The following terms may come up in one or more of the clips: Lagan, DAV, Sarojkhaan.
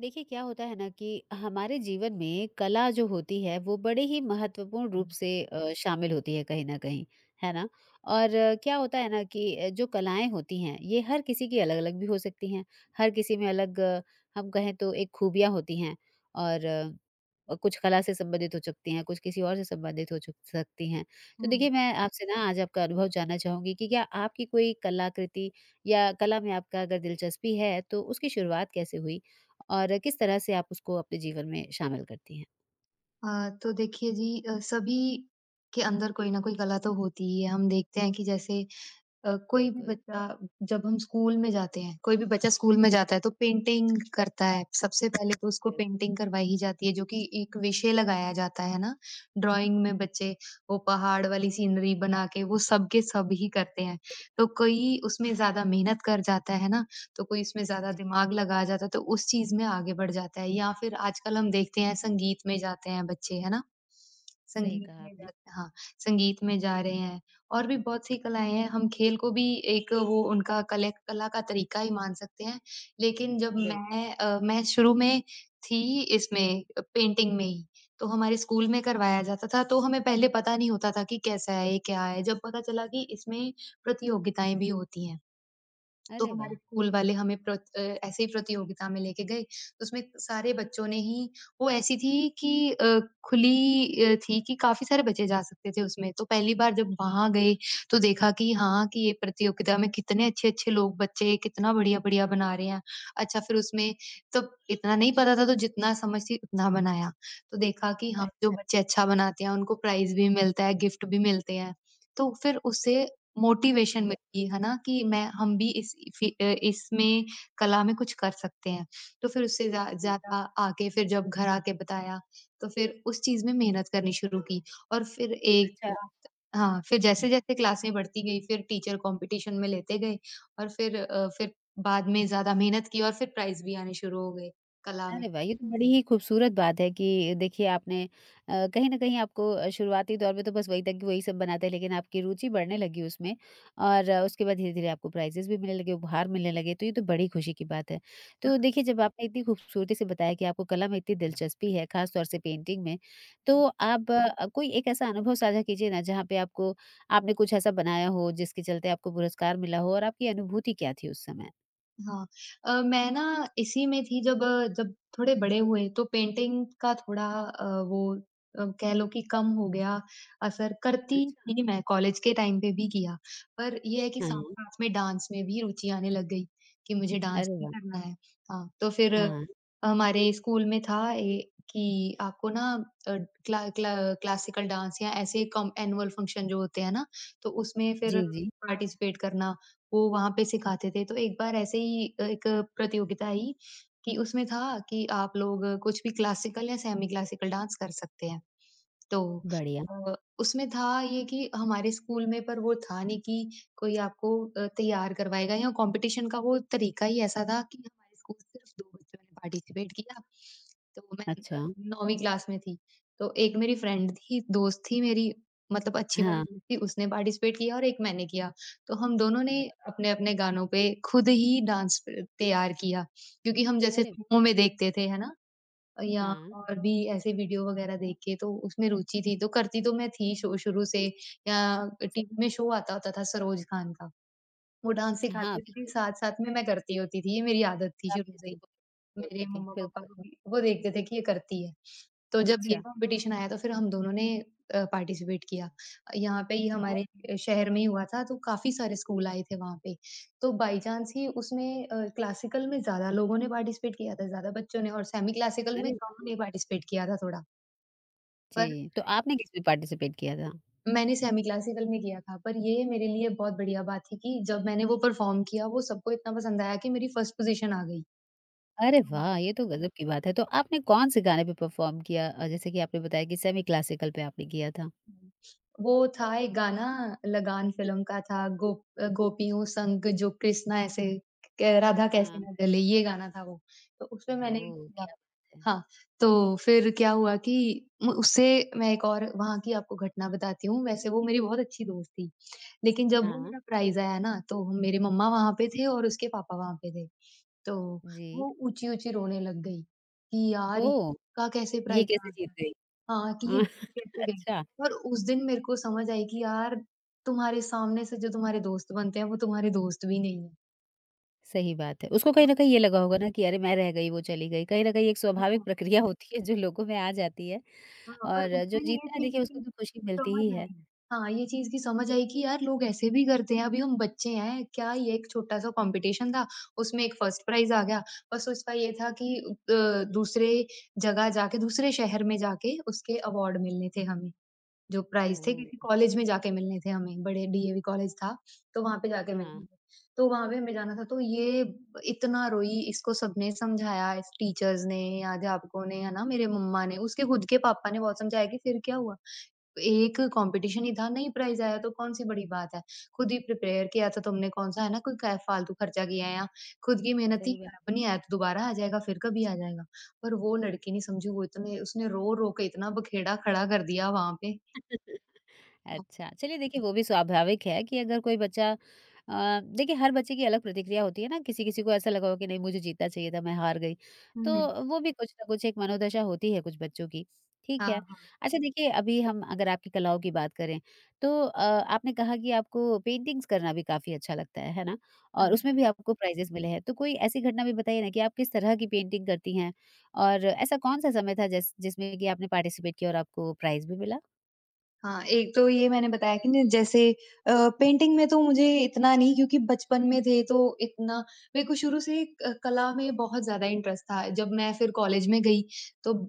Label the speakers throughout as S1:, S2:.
S1: देखिए क्या होता है ना कि हमारे जीवन में कला जो होती है वो बड़े ही महत्वपूर्ण रूप से शामिल होती है कहीं ना कहीं। है ना? और क्या होता है ना कि जो कलाएं होती हैं ये हर किसी की अलग अलग भी हो सकती हैं। हर किसी में अलग हम कहें तो एक खूबियां होती हैं। और अ, और कुछ कला से संबंधित हो सकती हैं, कुछ किसी और से संबंधित हो सकती हैं। तो
S2: हुँ।
S1: देखिए मैं आपसे ना आज आपका अनुभव जानना चाहूंगी कि क्या आपकी कोई कलाकृति या कला में आपका अगर दिलचस्पी है तो उसकी शुरुआत कैसे हुई और किस तरह से आप उसको अपने जीवन में शामिल करती हैं?
S2: तो देखिए जी सभी के अंदर कोई न कोई कला तो होती ही है। हम देखते हैं कि जैसे कोई भी
S1: बिल्कुल।
S2: बच्चा जब हम स्कूल में जाते हैं, कोई भी बच्चा स्कूल में जाता है तो पेंटिंग करता है। सबसे पहले तो उसको
S1: बिल्कुल। जी।
S2: पेंटिंग करवाई ही जाती है जो कि एक विषय लगाया जाता है ना, ड्राइंग में बच्चे वो पहाड़ वाली सीनरी बना के वो सब के सब ही करते हैं। तो कोई उसमें ज़्यादा मेहनत कर जाता है ना, तो कोई इसमें ज़्यादा
S1: जी,
S2: दिमाग लगा जाता है तो उस चीज़ में आगे बढ़ जाता है या फिर आजकल हम देखते हैं संगीत में जाते हैं बच्चे, है ना?
S1: सही
S2: संगीत
S1: कहा
S2: में
S1: आपने।
S2: जाते हाँ, संगीत में जा रहे हैं और भी बहुत सी कलाएँ हैं, हम खेल को भी एक वो उनका कले कला का तरीका ही मान सकते हैं। लेकिन जब
S1: बिल्कुल।
S2: मैं शुरू में थी इसमें पेंटिंग में ही, तो हमारे स्कूल में करवाया जाता था, तो हमें पहले पता नहीं होता था कि कैसा है, ये क्या है? जब पता चला कि इसमें प्रतियोगिताएँ भी होती हैं। तो
S1: अरे वाह!
S2: हमारे स्कूल वाले हमें ऐसे ही प्रतियोगिता में लेके गए, तो उसमें सारे बच्चों ने ही वो ऐसी थी कि खुली थी कि काफ़ी सारे बच्चे जा सकते थे उसमें, तो पहली बार जब वहाँ गए, तो देखा कि हाँ, कि ये प्रतियोगिता में कितने अच्छे-अच्छे लोग बच्चे कितना बढ़िया-बढ़िया बना रहे हैं। अच्छा फिर उसमें तब इतना नहीं पता था तो जितना समझती उतना बनाया, तो देखा कि हाँ, जो
S1: अच्छा।
S2: बच्चे अच्छा बनाते हैं उनको प्राइज़ भी मिलता है, गिफ्ट भी मिलते हैं, तो फिर उससे मोटिवेशन
S1: ब
S2: मिलती है ना कि मैं हम भी इस फी अ, इसमें कला में कुछ कर सकते हैं। तो फिर उससे ज़्या
S1: हाँ,
S2: ज़्यादा आगे फिर जब घर आके बताया, तो फिर उस चीज़ में मेहनत करनी शुरू की और फिर एक के
S1: अच्छा।
S2: बाद हाँ, फिर जैसे-जैसे क्लासें बढ़ती गई फिर टीचर कॉम्पिटिशन में लेते गए और फिर फिर बाद में ज़्यादा मेहनत की और फिर प्राइज़ भी आने शुरू हो गए कला में।
S1: अरे वाह! ये तो बड़ी ही खूबसूरत बात है कि देखिए आपने कहीं न कहीं आपको शुरुआती दौर में तो बस वही था कि वही सब बनाते हैं, लेकिन आपकी रुचि बढ़ने लगी उसमें और उसके बाद धीरे-धीरे आपको प्राइज़ेज़ भी मिलने लगे, उपहार मिलने लगे, तो ये तो बड़ी खुशी की बात है। तो देखिए जब आपने इतनी खूबसूरती से बताया कि आपको कला में इतनी दिलचस्पी है, ख़ास तौर से पेंटिंग में,
S2: हाँ।
S1: तो आप कोई एक ऐसा अनुभव साझा कीजिए ना जहाँ पे आपको आपने कुछ ऐसा बनाया हो जिसके चलते आपको पुरस्कार मिला हो और आपकी अनुभूति क्या थी उस समय?
S2: हाँ। मैं ना इसी में थी जब थोड़े बड़े हुए तो पेंटिंग का थोड़ा वो कह लो कि कम हो गया असर। करती
S1: अच्छा।
S2: थी मैं कॉलेज के टाइम पे भी किया। पर ये है कि
S1: हाँ।
S2: साथ-साथ में डांस में भी रुचि आने लग गई कि मुझे डांस
S1: अरे
S2: भी
S1: वाह!
S2: करना है। हाँ, तो फिर
S1: हाँ।
S2: हमारे स्कूल में था ए कि आपको ना अ, क्ला क्ला क्लासिकल डांस या ऐसे कॉम एनुअल फंक्शन जो होते हैं ना, तो उसमें फिर
S1: जी, जी।
S2: पार्टिसिपेट करना। वो वहाँ पे सिखाते थे। तो एक बार ऐसे ही एक प्रतियोगिता आई कि उसमें था कि आप लोग कुछ भी क्लासिकल या सेमी क्लासिकल डांस कर सकते हैं। तो
S1: बढ़िया।
S2: उसमें था ये कि हमारे स्कूल में पर वो था नहीं कि कोई आपको तैयार करवाएगा या कॉम्पिटिशन का वो तरीका ही ऐसा था कि हमारे स्कूल सिर्फ 2 बच्चों ने पार्टिसिपेट किया। तो मैं
S1: अच्छा।
S2: अ, 9वीं क्लास में थी। तो एक मेरी फ्रेंड थी, दोस्त थी मेरी मतलब अच्छी वाली
S1: हाँ।
S2: दोस्त थी, उसने पार्टिसिपेट किया और एक मैंने किया। तो हम दोनों ने
S1: बहुत।
S2: अपने-अपने गानों पे खुद ही डांस तैयार किया क्योंकि हम जैसे
S1: अरे!
S2: फ़िल्मों में देखते थे, है ना? या
S1: हाँ।
S2: और भी ऐसे वीडियो वगैरह देख के तो उसमें रुचि थी, तो करती तो मैं थी शो शुरू से या
S1: स
S2: टीवी में शो आता होता था सरोज खान का, वो डांस
S1: हाँ,
S2: सिखाती होती थी,
S1: बिल्कुल।
S2: साथ-साथ में मैं करती होती थी, ये मेरी आदत थी शुरू
S1: काफ़ी
S2: से
S1: अच्छी
S2: ही।
S1: बात
S2: मेरे
S1: होती थी,
S2: मम्मा-पापा
S1: बिल्कुल।
S2: को भी वो देखते थे कि ये करती है। तो जब ये
S1: अच्छा।
S2: कॉम्पिटिशन आया तो फिर हम दोनों ने पार्टिसिपेट किया। यहाँ पे ही
S1: अ
S2: हमारे शहर में ही हुआ था तो काफ़ी सारे स्कूल आए थे वहाँ पे। तो बाय चांस ही उसमें क्लासिकल में ज़्यादा लोगों ने पार्टिसिपेट किया था, ज़्यादा बच्चों ने और सेमी क्लासिकल में
S1: अरे
S2: कम
S1: वाह!
S2: ने पार्टिसिपेट किया था थोड़ा। पर
S1: जी, तो आपने किसमें पार्टिसिपेट किया था?
S2: मैंने सेमी क्लासिकल में किया था, पर ये मेरे लिए बहुत बढ़िया बात थी कि जब मैंने वो परफ़ॉर्म किया, वो सबको इतना पसंद आया कि मेरी फर्स्ट पोज़ीशन आ गई।
S1: अरे वाह! ये तो गज़ब की बात है, तो आपने कौन-से गाने पे परफ़ॉर्म किया? जैसे कि आपने बताया कि सेमी क्लासिकल पे आपने किया था।
S2: हुँ। वो था एक गाना लगान फ़िल्म का था गोपियों संग जो कृष्णा ऐसे क राधा कैसे
S1: हाँ।
S2: न जले ये गाना था वो। तो उसमें मैंने
S1: ओह!
S2: किया
S1: क्या बात है!
S2: हाँ, तो फिर क्या हुआ कि म उससे मैं एक और वहाँ की आपको घटना बताती हूँ। वैसे वो मेरी बहुत अच्छी दोस्त थी। लेकिन जब वो
S1: हाँ।
S2: मेरा प्राइज़ आया ना तो मेरे मम्मा वहाँ पे थे और उसके पापा वहाँ पे थे। तो
S1: जी।
S2: वो ऊँची-ऊँची रोने लग गई कि यार
S1: ओह!
S2: इसका कैसे
S1: ये
S2: प्राइज़
S1: कैसे
S2: आ
S1: जीत
S2: गया?
S1: गई?
S2: हाँ, कि ये जीत कैसे गई?
S1: अच्छा।
S2: और उस दिन मेरे को समझ आई कि यार तुम्हारे सामने से जो तुम्हारे दोस्त बनते हैं वो तुम्हारे दोस्त भी नहीं हैं।
S1: सही बात है। उसको कहीं
S2: हाँ,
S1: न कहीं ये लगा होगा ना कि अरे मैं रह गई, वो चली गई। कहीं न कहीं एक स्वाभाविक प्रक्रिया होती है जो लोगों में आ जाती है।
S2: हाँ, हाँ, पर उस
S1: और जो
S2: दिन ये
S1: जीतता है
S2: चीज़
S1: देखिए
S2: की
S1: उसको तो खुशी मिलती ही
S2: समझ
S1: है।
S2: आई। हाँ, ये चीज़ की समझ आई कि यार लोग ऐसे भी करते हैं, अभी हम बच्चे हैं, क्या ये एक छोटा-सा कॉम्पिटिशन था, उसमें एक फर्स्ट प्राइज़ आ गया। बस उसका ये था कि दूसरे जगह जाके दूसरे शहर में जाके उसके अवार्ड मिलने थे हमें। जो प्राइज़ थे क्योंकि
S1: ओह!
S2: कॉलेज में जाके मिलने थे हमें, बड़े डीएवी कॉलेज था, तो वहाँ पे जाके मिलने
S1: हाँ,
S2: थे। तो वहाँ पे हमें जाना था तो ये इतना रोई, इसको सबने समझाया, इस टीचर्स ने, अध्यापकों ने, है ना, मेरे मम्मा ने, उसके खुद के पापा ने बहुत समझाया कि फिर क्या हुआ? एक कॉम्पिटिशन ही था, नहीं प्राइज़ आया तो कौन-सी बड़ी बात है? खुद ही प्रिपेयर किया था तुमने कौन-सा, है ना, कोई क फालतू खर्चा किया है या खुद की मेहनत ही
S1: सही बात।
S2: है, अब नहीं आया तो दोबारा आ जाएगा, फिर कभी आ जाएगा। पर वो लड़की नहीं समझी, वो इतने उसने रो-रो के इतना बखेड़ा खड़ा कर दिया वहाँ पे।
S1: अच्छा, चलिए देखिए वो भी स्वाभाविक है कि अगर कोई बच्चा देखिए हर बच्चे की अलग प्रतिक्रिया होती है ना, किसी-किसी को ऐसा लगा हो कि नहीं मुझे जीतना चाहिए था, मैं हार गई।
S2: हुँ।
S1: तो वो भी कुछ ना कुछ एक मनोदशा होती है कुछ बच्चों की। ठीक
S2: हाँ,
S1: है।
S2: हाँ।
S1: अच्छा देखिए अभी हम अगर आपकी कलाओं की बात करें, तो आपने कहा कि आपको पेंटिंग्स करना भी काफ़ी अच्छा लगता है ना?
S2: हाँ
S1: और उसमें भी
S2: जी।
S1: आपको प्राइज़ेज़ मिले हैं, तो कोई ऐसी घटना भी बताइए ना कि आप किस तरह की पेंटिंग करती हैं? और ऐसा कौन-सा समय था जिसमें कि आपने पार्टिसिपेट किया और आपको प्राइज़ भी मिला?
S2: हाँ, एक तो ये मैंने बताया कि न जैसे पेंटिंग में तो मुझे इतना नहीं क्योंकि बचपन में थे तो इतना मेरे को शुरू से क कला में बहुत ज़्यादा इंटरेस्ट था। जब मैं फिर कॉलेज में गई तो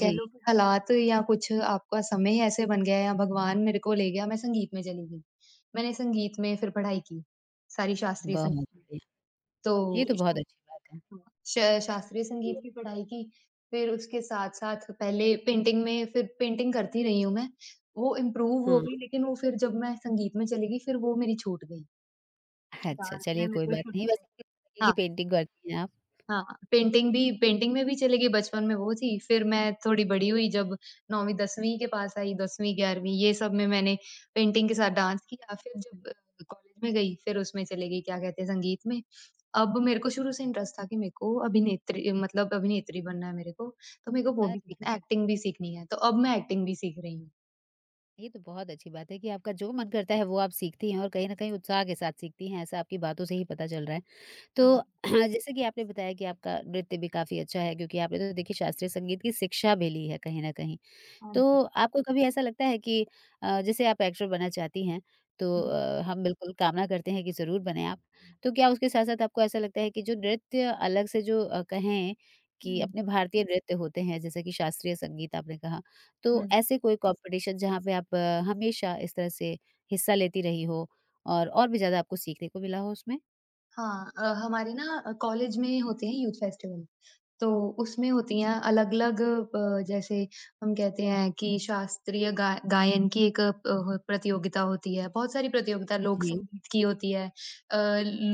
S2: कह
S1: जी।
S2: लो कि हालात या कुछ आपका समय ऐसे बन गया या भगवान मेरे को ले गया, मैं संगीत में चली गई। मैंने संगीत में फिर पढ़ाई की, सारी शास्त्रीय
S1: बहुत
S2: संगीत में।
S1: बढ़िया। ये
S2: तो
S1: तो बहुत अच्छी बात है।
S2: हाँ, श शास्त्रीय
S1: हुँ।
S2: संगीत की पढ़ाई की, फिर उसके साथ-साथ पहले पेंटिंग में फिर पेंटिंग करती रही हूँ मैं, वो इम्प्रूव हो
S1: हुँ।
S2: गई लेकिन वो फिर जब मैं संगीत में चली गई फिर वो मेरी छूट गई।
S1: अच्छा,
S2: डांस में
S1: चलिए
S2: मेरे
S1: कोई
S2: को
S1: बात
S2: शुरू
S1: नहीं,
S2: से
S1: वैसे किस तरीके की पेंटिंग करती हैं आप?
S2: हाँ, पेंटिंग भी पेंटिंग में भी चली गई बचपन में वो थी, फिर मैं थोड़ी बड़ी हुई जब 9वीं-10वीं के पास आई 10वीं-11वीं ये सब में मैंने पेंटिंग के साथ डांस किया, फिर जब कॉलेज में गई फिर उसमें चली गई क्या कहते हैं संगीत में। अब मेरे को शुरू से इंटरेस्ट था कि मेरे को अभिनेत्री मतलब अभिनेत्री बनना है मेरे को, तो मेरे को वो भी
S1: अरे
S2: सीखना
S1: वाह!
S2: है, एक्टिंग भी सीखनी है, तो अब मैं एक्टिंग भी सीख रही हूँ।
S1: ये तो बहुत अच्छी बात है कि आपका जो मन करता है वो आप सीखती हैं और कहीं न कहीं उत्साह के साथ सीखती हैं, ऐसा आपकी बातों से ही पता चल रहा है।
S2: हाँ,
S1: तो जैसे कि आपने बताया कि आपका नृत्य भी काफ़ी अच्छा है क्योंकि आपने तो देखिए शास्त्रीय संगीत की शिक्षा भी ली है कहीं न कहीं।
S2: हाँ जी।
S1: तो आपको कभी ऐसा लगता है कि जैसे आप एक्टर बनना चाहती हैं, तो
S2: हुँ,
S1: हम बिल्कुल कामना करते हैं कि ज़रूर बनें आप। तो क्या उसके साथ-साथ आपको ऐसा लगता है कि जो नृत्य अलग से जो कहें कि
S2: हुँ,
S1: अपने भारतीय नृत्य होते हैं, जैसे कि शास्त्रीय संगीत आपने कहा, तो
S2: हुँ।
S1: ऐसे कोई कॉम्पिटिशन जहाँ पे आप हमेशा इस तरह से हिस्सा लेती रही हो और भी ज़्यादा आपको सीखने को मिला हो उसमें?
S2: हाँ, हमारे ना कॉलेज में होते हैं यूथ फेस्टिवल। तो उसमें होती हैं अलग-अलग जैसे हम कहते हैं कि शास्त्रीय गा गायन की एक अ, ह प्रतियोगिता होती है, बहुत सारी प्रतियोगिता लोक
S1: जी।
S2: संगीत की होती है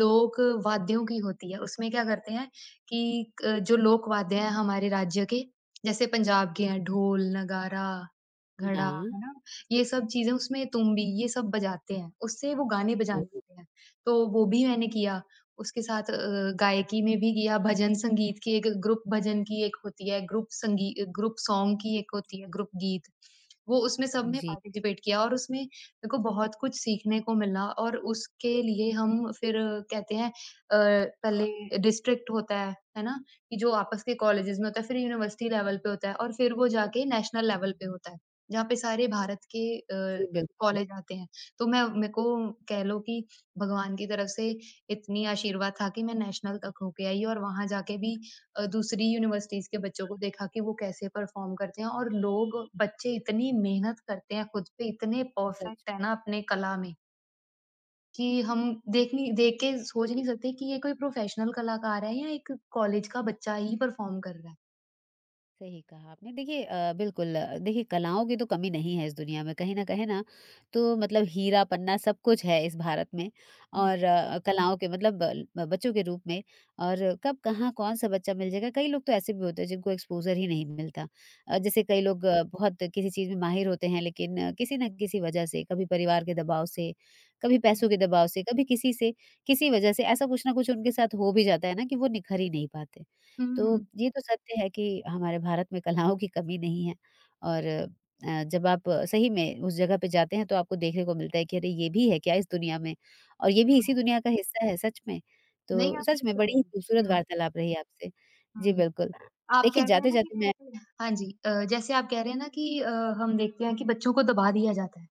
S2: लोक वाद्यों की होती है। उसमें क्या करते हैं कि क जो लोक वाद्य हैं हमारे राज्य के, जैसे पंजाब के हैं ढोल, नगारा, घड़ा,
S1: हाँ।
S2: है ना? ये सब चीज़ें उसमें तुम्बी ये सब बजाते हैं, उससे वो गाने बजाने
S1: ओह!
S2: होते हैं। तो वो भी मैंने किया उसके साथ गायकी में भी किया, भजन संगीत की एक ग्रुप भजन की एक होती है, ग्रुप संगी ग्रुप सॉन्ग की एक होती है, ग्रुप गीत। वो उसमें सब में
S1: जी,
S2: पार्टिसिपेट किया और उसमें मेरे को बहुत कुछ सीखने को मिला और उसके लिए हम फिर कहते हैं पहले डिस्ट्रिक्ट होता है ना? कि जो आपस के कॉलेजेस में होता है, फिर यूनिवर्सिटी लेवल पे होता है और फिर वो जाके नेशनल लेवल पे होता है, जहाँ पे सारे भारत के
S1: जी, बिल्कुल।
S2: कॉलेज आते हैं। तो मैं मेरे को कह लो कि भगवान की तरफ से इतनी आशीर्वाद था कि मैं नेशनल तक होके आई और वहाँ जाके भी दूसरी यूनिवर्सिटीज़ के बच्चों को देखा कि वो कैसे परफ़ॉर्म करते हैं और लोग बच्चे इतनी मेहनत करते हैं खुद पे, इतने
S1: सच।
S2: परफ़ेक्ट है ना अपने कला में कि हम देख के सोच नहीं सकते कि ये कोई प्रोफ़ेशनल कलाकार है या एक कॉलेज का बच्चा ही परफ़ॉर्म कर रहा है।
S1: सही कहा आपने। देखिए बिल्कुल देखिए कलाओं की तो कमी नहीं है इस दुनिया में कहीं ना कहीं ना। तो मतलब हीरा पन्ना सब कुछ है इस भारत में और कलाओं के मतलब बच्चों के रूप में और कब कहाँ कौन सा बच्चा मिल जाएगा। कई लोग तो ऐसे भी होते हैं जिनको एक्सपोजर ही नहीं मिलता। जैसे कई लोग बहुत किसी चीज़ में माहिर होते हैं, लेकिन किसी ना किसी वजह से, कभी परिवार के दबाव से, कभी पैसों के दबाव से, कभी किसी से किसी वजह से ऐसा कुछ ना कुछ उनके साथ हो भी जाता है ना कि वो निखर ही नहीं पाते।
S2: हुँ,
S1: तो ये तो सत्य है कि हमारे भारत में कलाओं की कमी नहीं है। और जब आप सही में उस जगह पे जाते हैं तो आपको देखने को मिलता है कि अरे ये भी है क्या इस दुनिया में, और ये भी इसी
S2: हाँ।
S1: दुनिया का हिस्सा है सच में।
S2: नहीं,
S1: तो
S2: आप ये
S1: सच में
S2: कह
S1: बड़ी
S2: रहे
S1: ही
S2: हैं।
S1: खूबसूरत वार्तालाप रही आपसे। जी,
S2: हुँ।
S1: बिल्कुल।
S2: आप कह
S1: देखिए
S2: रहे हैं ना कि
S1: जाते-जाते मैं
S2: जैसे हाँ जी, जैसे आप कह रहे हैं ना कि हम देखते हैं कि बच्चों को दबा दिया जाता है।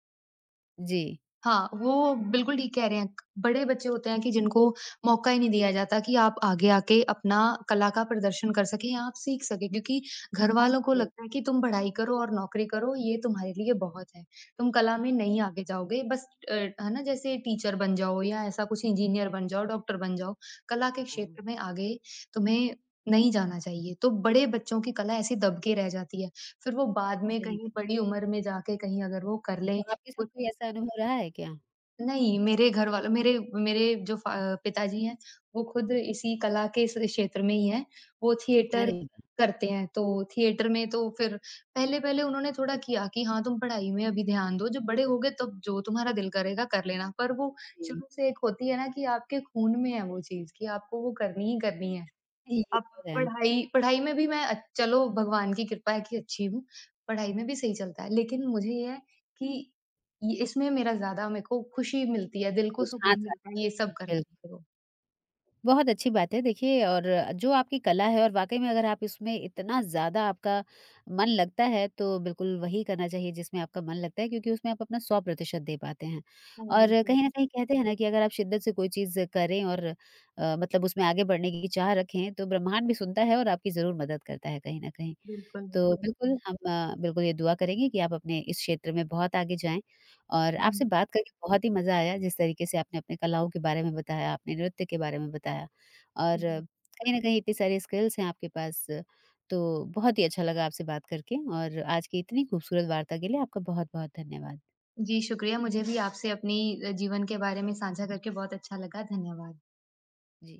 S1: जी,
S2: हाँ, वो बिल्कुल ठीक कह रहे हैं। बड़े बच्चे होते हैं कि जिनको मौका ही नहीं दिया जाता कि आप आगे आके अपना कला का प्रदर्शन कर सकें या आप सीख सकें क्योंकि हुँ। घरवालों को
S1: बिल
S2: लगता है कि तुम पढ़ाई करो और नौकरी करो, ये तुम्हारे लिए बहुत है। तुम कला में नहीं
S1: जी,
S2: आगे जाओगे, बस है ना जैसे टीचर बन जाओ या ऐसा कुछ इंजीनियर बन जाओ, डॉक्टर बन जाओ। कला के
S1: हाँ,
S2: क्षेत्र में आगे तुम्हें नहीं जाना चाहिए। तो बड़े बच्चों की कला ऐसी दब के रह जाती है। फिर वो बाद में
S1: सही
S2: कहीं
S1: बात।
S2: बड़ी उम्र में जाके कहीं अगर वो कर लें
S1: तो आपके साथ
S2: कुछ
S1: कोई ऐसा अनुभव रहा है क्या?
S2: नहीं, मेरे घर वालों मेरे मेरे जो फ पिताजी हैं, वो खुद इसी कला के इस क्षेत्र में ही हैं। वो थिएटर
S1: अरे वाह!
S2: करते हैं, तो थिएटर में तो फिर पहले-पहले उन्होंने थोड़ा किया कि हाँ, तुम पढ़ाई में अभी ध्यान दो, जब बड़े होगे तब जो तुम्हारा दिल करेगा कर लेना। पर वो
S1: जी,
S2: शुरू से एक होती है ना कि आपके खून में है वो चीज़ कि आपको वो करनी ही करनी है।
S1: ये
S2: अब
S1: तो है।
S2: पढ़ाई पढ़ाई में भी मैं चलो भगवान की कृपा है कि अच्छी हूँ, पढ़ाई में भी सही चलता है। लेकिन मुझे ये है कि ये इसमें मेरा ज़्यादा मेरे को खुशी मिलती है, दिल को
S1: रुझान
S2: सुकून
S1: सा
S2: मिलता है ये सब
S1: बिल
S2: करके तो।
S1: बहुत अच्छी बात है देखिए। और जो आपकी कला है और वाकई में अगर आप इसमें इतना ज़्यादा आपका मन लगता है तो बिल्कुल वही करना चाहिए जिसमें आपका मन लगता है क्योंकि उसमें आप अपना 100% दे पाते हैं।
S2: हाँ,
S1: और
S2: बिल्कुल।
S1: कहीं ना कहीं कहते हैं ना कि अगर आप शिद्दत से कोई चीज़ करें और मतलब उसमें आगे बढ़ने की चाह रखें तो ब्रह्मांड भी सुनता है और आपकी ज़रूर मदद करता है कहीं ना कहीं।
S2: बिल्कुल,
S1: तो
S2: बिल्कुल।
S1: बिल्कुल हम बिल्कुल ये दुआ करेंगे कि आप अपने इस क्षेत्र में बहुत आगे जाएँ और
S2: हुँ,
S1: आपसे बात करके बहुत ही मज़ा आया, जिस तरीके से आपने अपने कलाओं के बारे में बताया, आपने नृत्य के बारे में बताया और
S2: जी।
S1: कहीं न कहीं इतनी सारी स्किल्स हैं आपके पास, तो बहुत ही अच्छा लगा आपसे बात करके और आज की इतनी खूबसूरत वार्ता के लिए आपका बहुत-बहुत धन्यवाद।
S2: जी, शुक्रिया मुझे भी आपसे अपनी जीवन के बारे में साझा करके बहुत अच्छा लगा। धन्यवाद।
S1: जी।